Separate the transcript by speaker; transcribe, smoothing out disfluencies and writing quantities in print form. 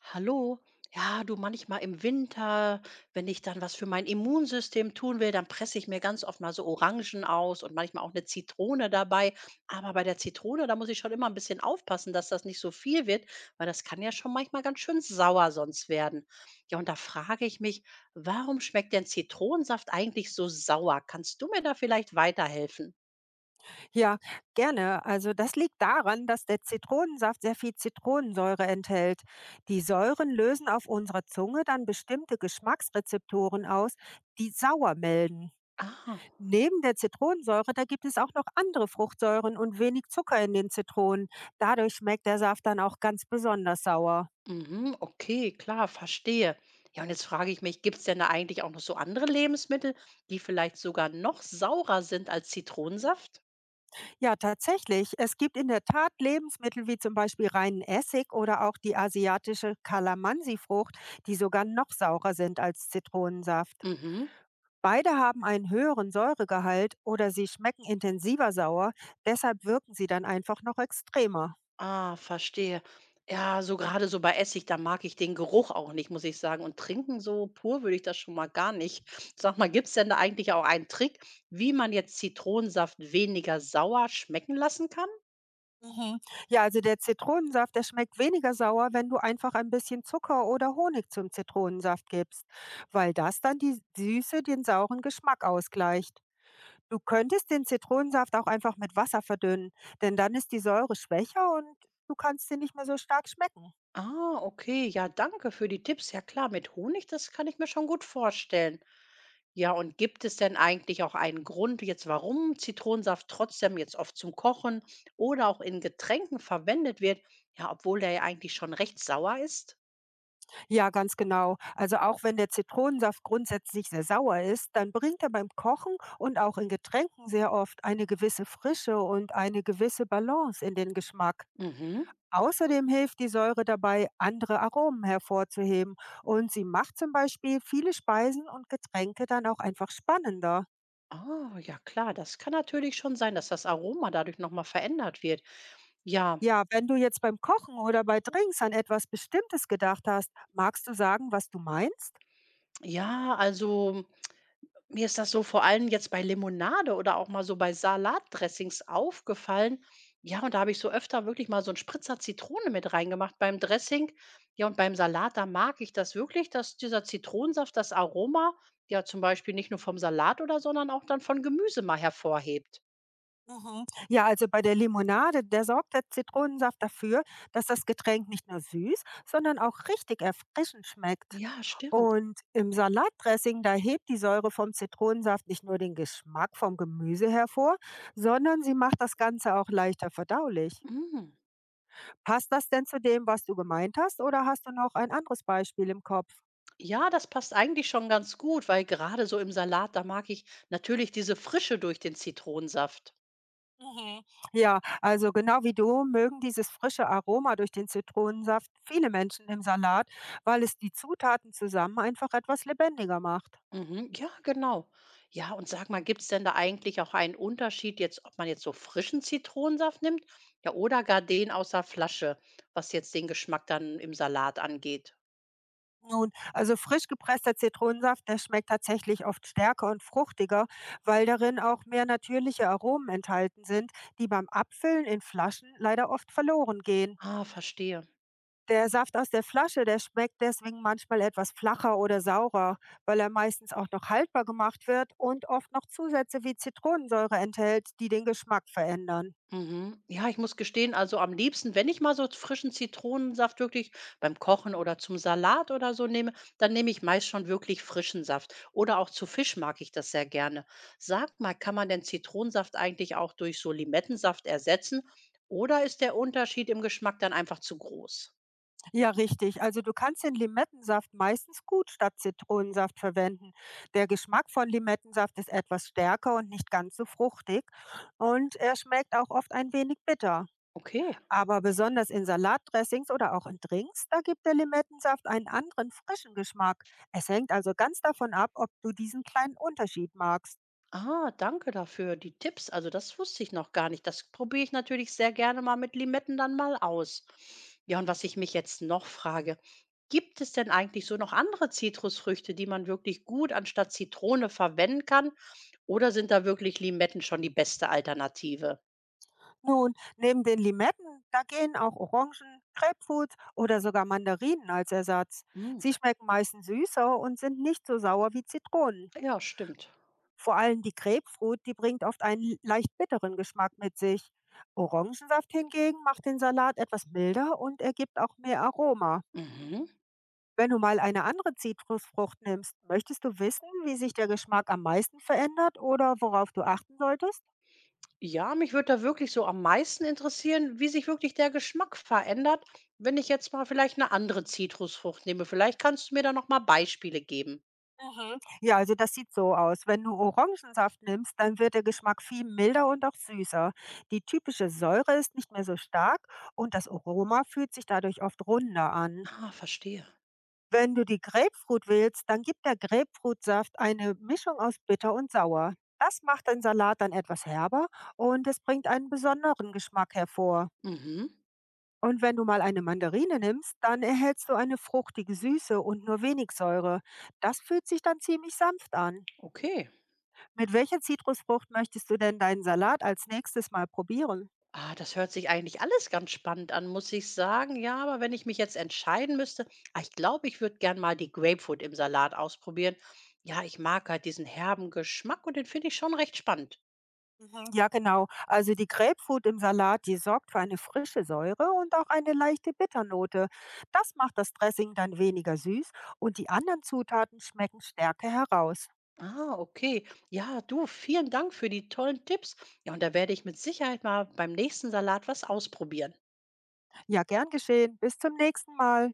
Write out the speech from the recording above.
Speaker 1: Hallo? Ja, du, manchmal im Winter, wenn ich dann was für mein Immunsystem tun will, dann presse ich mir ganz oft mal so Orangen aus und manchmal auch eine Zitrone dabei. Aber bei der Zitrone, da muss ich schon immer ein bisschen aufpassen, dass das nicht so viel wird, weil das kann ja schon manchmal ganz schön sauer sonst werden. Ja, und da frage ich mich, warum schmeckt denn Zitronensaft eigentlich so sauer? Kannst du mir da vielleicht weiterhelfen?
Speaker 2: Ja, gerne. Also das liegt daran, dass der Zitronensaft sehr viel Zitronensäure enthält. Die Säuren lösen auf unserer Zunge dann bestimmte Geschmacksrezeptoren aus, die sauer melden.
Speaker 1: Ah.
Speaker 2: Neben der Zitronensäure, da gibt es auch noch andere Fruchtsäuren und wenig Zucker in den Zitronen. Dadurch schmeckt der Saft dann auch ganz besonders sauer.
Speaker 1: Mhm, okay, klar, verstehe. Ja, und jetzt frage ich mich, gibt es denn da eigentlich auch noch so andere Lebensmittel, die vielleicht sogar noch saurer sind als Zitronensaft?
Speaker 2: Ja, tatsächlich. Es gibt in der Tat Lebensmittel wie zum Beispiel reinen Essig oder auch die asiatische Kalamansi-Frucht, die sogar noch saurer sind als Zitronensaft.
Speaker 1: Mhm.
Speaker 2: Beide haben einen höheren Säuregehalt oder sie schmecken intensiver sauer, deshalb wirken sie dann einfach noch extremer.
Speaker 1: Ah, verstehe. Ja, so gerade so bei Essig, da mag ich den Geruch auch nicht, muss ich sagen. Und trinken so pur würde ich das schon mal gar nicht. Sag mal, gibt es denn da eigentlich auch einen Trick, wie man jetzt Zitronensaft weniger sauer schmecken lassen kann?
Speaker 2: Mhm. Ja, also der Zitronensaft, der schmeckt weniger sauer, wenn du einfach ein bisschen Zucker oder Honig zum Zitronensaft gibst, weil das dann die Süße den sauren Geschmack ausgleicht. Du könntest den Zitronensaft auch einfach mit Wasser verdünnen, denn dann ist die Säure schwächer und du kannst sie nicht mehr so stark schmecken.
Speaker 1: Ah, okay. Ja, danke für die Tipps. Ja klar, mit Honig, das kann ich mir schon gut vorstellen. Ja, und gibt es denn eigentlich auch einen Grund jetzt, warum Zitronensaft trotzdem jetzt oft zum Kochen oder auch in Getränken verwendet wird, ja, obwohl der ja eigentlich schon recht sauer ist?
Speaker 2: Ja, ganz genau. Also auch wenn der Zitronensaft grundsätzlich sehr sauer ist, dann bringt er beim Kochen und auch in Getränken sehr oft eine gewisse Frische und eine gewisse Balance in den Geschmack.
Speaker 1: Mhm.
Speaker 2: Außerdem hilft die Säure dabei, andere Aromen hervorzuheben, und sie macht zum Beispiel viele Speisen und Getränke dann auch einfach spannender.
Speaker 1: Oh, ja klar, das kann natürlich schon sein, dass das Aroma dadurch nochmal verändert wird. Ja,
Speaker 2: Ja, wenn du jetzt beim Kochen oder bei Drinks an etwas Bestimmtes gedacht hast, magst du sagen, was du meinst?
Speaker 1: ja, also mir ist das so vor allem jetzt bei Limonade oder auch mal so bei Salatdressings aufgefallen. Ja, und da habe ich so öfter wirklich mal so 'n Spritzer Zitrone mit reingemacht beim Dressing. Ja, und beim Salat, da mag ich das wirklich, dass dieser Zitronensaft das Aroma, ja, zum Beispiel nicht nur vom Salat oder sondern auch dann von Gemüse mal hervorhebt.
Speaker 2: Mhm. Ja, also bei der Limonade, der sorgt der Zitronensaft dafür, dass das Getränk nicht nur süß, sondern auch richtig erfrischend schmeckt.
Speaker 1: Ja, stimmt.
Speaker 2: Und im Salatdressing, da hebt die Säure vom Zitronensaft nicht nur den Geschmack vom Gemüse hervor, sondern sie macht das Ganze auch leichter verdaulich.
Speaker 1: Mm.
Speaker 2: Passt das denn zu dem, was du gemeint hast, oder hast du noch ein anderes Beispiel im Kopf?
Speaker 1: Ja, das passt eigentlich schon ganz gut, weil gerade so im Salat, da mag ich natürlich diese Frische durch den Zitronensaft.
Speaker 2: Mhm. Ja, also genau wie du mögen dieses frische Aroma durch den Zitronensaft viele Menschen im Salat, weil es die Zutaten zusammen einfach etwas lebendiger macht.
Speaker 1: Mhm. Ja, genau. Ja, und sag mal, gibt's denn da eigentlich auch einen Unterschied jetzt, ob man jetzt so frischen Zitronensaft nimmt, ja, oder gar den aus der Flasche, was jetzt den Geschmack dann im Salat angeht?
Speaker 2: Nun, also frisch gepresster Zitronensaft, der schmeckt tatsächlich oft stärker und fruchtiger, weil darin auch mehr natürliche Aromen enthalten sind, die beim Abfüllen in Flaschen leider oft verloren gehen.
Speaker 1: Ah, verstehe.
Speaker 2: Der Saft aus der Flasche, der schmeckt deswegen manchmal etwas flacher oder saurer, weil er meistens auch noch haltbar gemacht wird und oft noch Zusätze wie Zitronensäure enthält, die den Geschmack verändern.
Speaker 1: Mhm. Ja, ich muss gestehen, also am liebsten, wenn ich mal so frischen Zitronensaft wirklich beim Kochen oder zum Salat oder so nehme, dann nehme ich meist schon wirklich frischen Saft. Oder auch zu Fisch mag ich das sehr gerne. Sag mal, kann man denn Zitronensaft eigentlich auch durch so Limettensaft ersetzen? Oder ist der Unterschied im Geschmack dann einfach zu groß?
Speaker 2: Ja, richtig. Also du kannst den Limettensaft meistens gut statt Zitronensaft verwenden. Der Geschmack von Limettensaft ist etwas stärker und nicht ganz so fruchtig, und er schmeckt auch oft ein wenig bitter.
Speaker 1: Okay.
Speaker 2: Aber besonders in Salatdressings oder auch in Drinks, da gibt der Limettensaft einen anderen frischen Geschmack. Es hängt also ganz davon ab, ob du diesen kleinen Unterschied magst.
Speaker 1: Ah, danke dafür, die Tipps. Also das wusste ich noch gar nicht. Das probiere ich natürlich sehr gerne mal mit Limetten dann mal aus. Ja, und was ich mich jetzt noch frage, gibt es denn eigentlich so noch andere Zitrusfrüchte, die man wirklich gut anstatt Zitrone verwenden kann? Oder sind da wirklich Limetten schon die beste Alternative?
Speaker 2: Nun, neben den Limetten, da gehen auch Orangen, Grapefruits oder sogar Mandarinen als Ersatz.
Speaker 1: Hm,
Speaker 2: Sie schmecken meistens süßer und sind nicht so sauer wie Zitronen.
Speaker 1: ja, stimmt.
Speaker 2: Vor allem die Grapefruit, die bringt oft einen leicht bitteren Geschmack mit sich. Orangensaft hingegen macht den Salat etwas milder und ergibt auch mehr Aroma.
Speaker 1: Mhm.
Speaker 2: Wenn du mal eine andere Zitrusfrucht nimmst, möchtest du wissen, wie sich der Geschmack am meisten verändert oder worauf du achten solltest?
Speaker 1: Ja, mich würde da wirklich so am meisten interessieren, wie sich wirklich der Geschmack verändert, wenn ich jetzt mal vielleicht eine andere Zitrusfrucht nehme. Vielleicht kannst du mir da noch mal Beispiele geben.
Speaker 2: Mhm. Ja, also das sieht so aus. Wenn du Orangensaft nimmst, dann wird der Geschmack viel milder und auch süßer. Die typische Säure ist nicht mehr so stark und das Aroma fühlt sich dadurch oft runder an.
Speaker 1: Ah, verstehe.
Speaker 2: Wenn du die Grapefruit wählst, dann gibt der Grapefruitsaft eine Mischung aus bitter und sauer. Das macht den Salat dann etwas herber und es bringt einen besonderen Geschmack hervor.
Speaker 1: Mhm,
Speaker 2: Und wenn du mal eine Mandarine nimmst, dann erhältst du eine fruchtige Süße und nur wenig Säure. Das fühlt sich dann ziemlich sanft an.
Speaker 1: okay.
Speaker 2: Mit welcher Zitrusfrucht möchtest du denn deinen Salat als nächstes mal probieren?
Speaker 1: Ah, das hört sich eigentlich alles ganz spannend an, muss ich sagen. Ja, aber wenn ich mich jetzt entscheiden müsste, ah, ich glaube, ich würde gern mal die Grapefruit im Salat ausprobieren. Ja, ich mag halt diesen herben Geschmack und den finde ich schon recht spannend.
Speaker 2: Mhm, ja, genau. Also die Grapefruit im Salat, die sorgt für eine frische Säure und auch eine leichte Bitternote. Das macht das Dressing dann weniger süß und die anderen Zutaten schmecken stärker heraus.
Speaker 1: Ah, okay. Ja, du, vielen Dank für die tollen Tipps. Ja, und da werde ich mit Sicherheit mal beim nächsten Salat was ausprobieren.
Speaker 2: Ja, gern geschehen. Bis zum nächsten Mal.